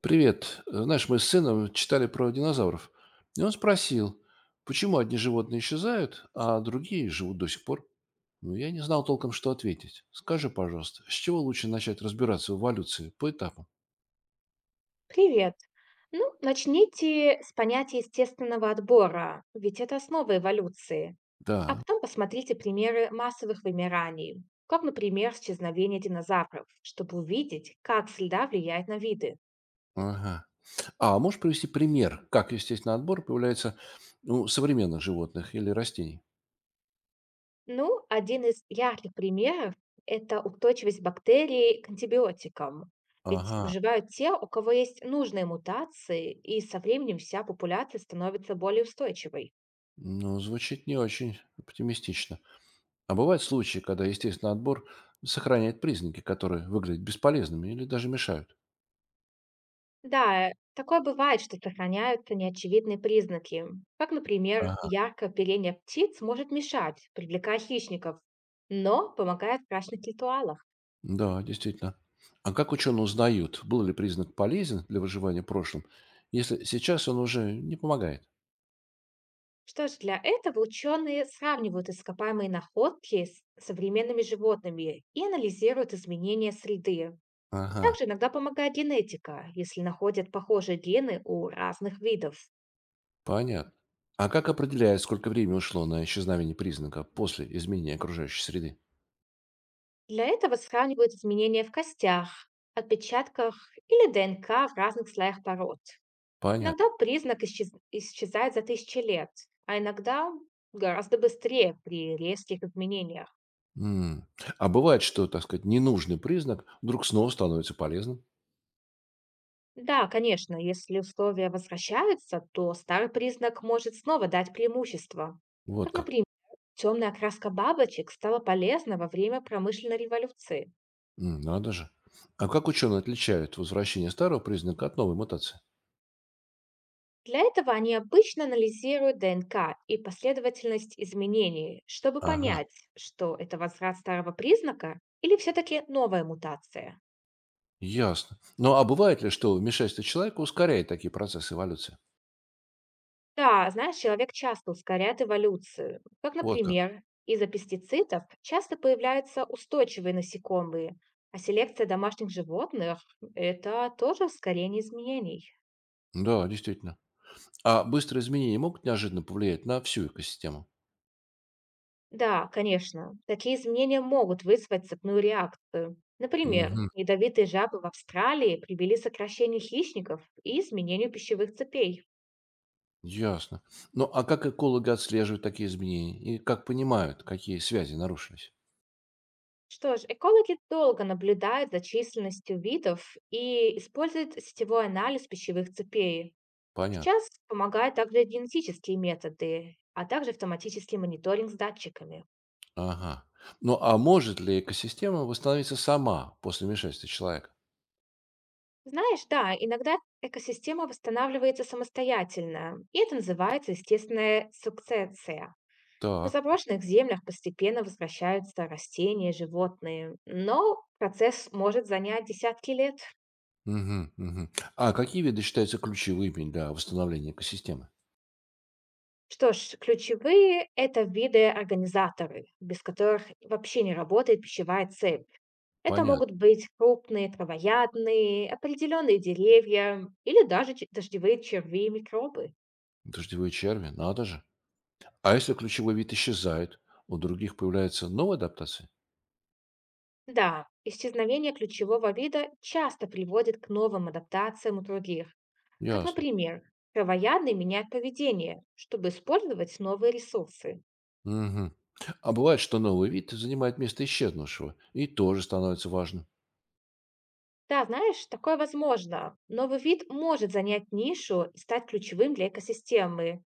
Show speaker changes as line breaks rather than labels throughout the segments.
Привет. Знаешь, мы с сыном читали про динозавров. И он спросил, почему одни животные исчезают, а другие живут до сих пор? Ну, я не знал толком, что ответить. Скажи, пожалуйста, с чего лучше начать разбираться в эволюции по этапам?
Привет. Ну, начните с понятия естественного отбора, ведь это основа эволюции. А
Да.
потом посмотрите примеры массовых вымираний, как, например, исчезновение динозавров, чтобы увидеть, как среда влияет на виды.
Ага. А можешь привести пример, как естественный отбор появляется, ну, у современных животных или растений?
Ну, один из ярких примеров — это устойчивость бактерий к антибиотикам. Ведь
Ага.
выживают те, у кого есть нужные мутации, и со временем вся популяция становится более устойчивой.
Ну, звучит не очень оптимистично. А бывают случаи, когда естественный отбор сохраняет признаки, которые выглядят бесполезными или даже мешают?
Да, такое бывает, что сохраняются неочевидные признаки. Как, например,
Ага.
яркое оперение птиц может мешать, привлекая хищников, но помогает в брачных ритуалах.
Да, действительно. А как ученые узнают, был ли признак полезен для выживания в прошлом, если сейчас он уже не помогает?
Что ж, для этого ученые сравнивают ископаемые находки с современными животными и анализируют изменения среды.
Ага,
Также иногда помогает генетика, если находят похожие гены у разных видов.
понятно. А как определяют, сколько времени ушло на исчезновение признака после изменения окружающей среды?
Для этого сравнивают изменения в костях, отпечатках или ДНК в разных слоях пород.
Понятно.
Иногда признак исчезает за тысячи лет, а иногда гораздо быстрее при резких изменениях.
М. А бывает, что, так сказать, ненужный признак вдруг снова становится полезным?
Да, конечно, если условия возвращаются, то старый признак может снова дать преимущество. Как,
Вот как.
например, темная окраска бабочек стала полезна во время промышленной революции.
М, надо же. А как ученые отличают возвращение старого признака от новой мутации?
Для этого они обычно анализируют ДНК и последовательность изменений, чтобы
Ага.
понять, что это возврат старого признака или все-таки новая мутация.
Ясно. Ну, а бывает ли, что вмешательство человека ускоряет такие процессы эволюции?
Да, знаешь, человек часто ускоряет эволюцию. Как,
Вот как.
например, из-за пестицидов часто появляются устойчивые насекомые, а селекция домашних животных — это тоже ускорение изменений.
Да, действительно. А быстрые изменения могут неожиданно повлиять на всю экосистему?
Да, конечно, такие изменения могут вызвать цепную реакцию. Например,
Угу.
ядовитые жабы в Австралии привели к сокращению хищников и изменению пищевых цепей.
Ясно. Ну, а как экологи отслеживают такие изменения? И как понимают, какие связи нарушились?
Что ж, экологи долго наблюдают за численностью видов и используют сетевой анализ пищевых цепей.
Понятно.
Сейчас помогают также генетические методы, а также автоматический мониторинг с датчиками.
Ага. Ну, а может ли экосистема восстановиться сама после вмешательства человека?
Знаешь, да, иногда экосистема восстанавливается самостоятельно, и это называется естественная сукцессия. На
Так.
заброшенных землях постепенно возвращаются растения, животные, но процесс может занять десятки лет.
Мгм, мгм. А какие виды считаются ключевыми для восстановления экосистемы?
Что ж, ключевые — это виды организаторы, без которых вообще не работает пищевая цепь. Это
Понятно.
могут быть крупные травоядные, определенные деревья или даже дождевые черви и микробы.
Дождевые черви, надо же. А если ключевой вид исчезает, у других появляется новая адаптация?
Да, исчезновение ключевого вида часто приводит к новым адаптациям у других, как,
Ясно.
например, травоядные меняют поведение, чтобы использовать новые ресурсы.
Мгм. А бывает, что новый вид занимает место исчезнувшего и тоже становится важным.
Да, знаешь, такое возможно. Новый вид может занять нишу и стать ключевым для экосистемы.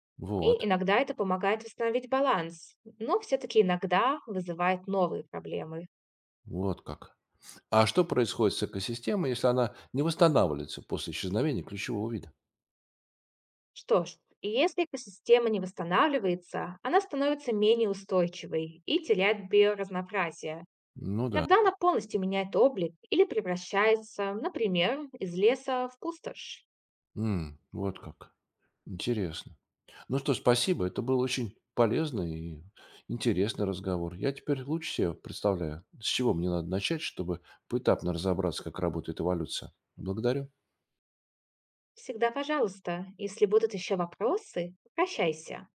И
Вот,
иногда это помогает восстановить баланс, но все-таки иногда вызывает новые проблемы.
вот как. А что происходит с экосистемой, если она не восстанавливается после исчезновения ключевого вида?
Что ж, если экосистема не восстанавливается, она становится менее устойчивой и теряет биоразнообразие.
Ну да.
Иногда она полностью меняет облик или превращается, например, из леса в пустошь.
М, вот как. Интересно. Ну что, спасибо. Это был очень полезный и интересный разговор. Я теперь лучше себе представляю, с чего мне надо начать, чтобы поэтапно разобраться, как работает эволюция. Благодарю.
Всегда пожалуйста, если будут еще вопросы, обращайся.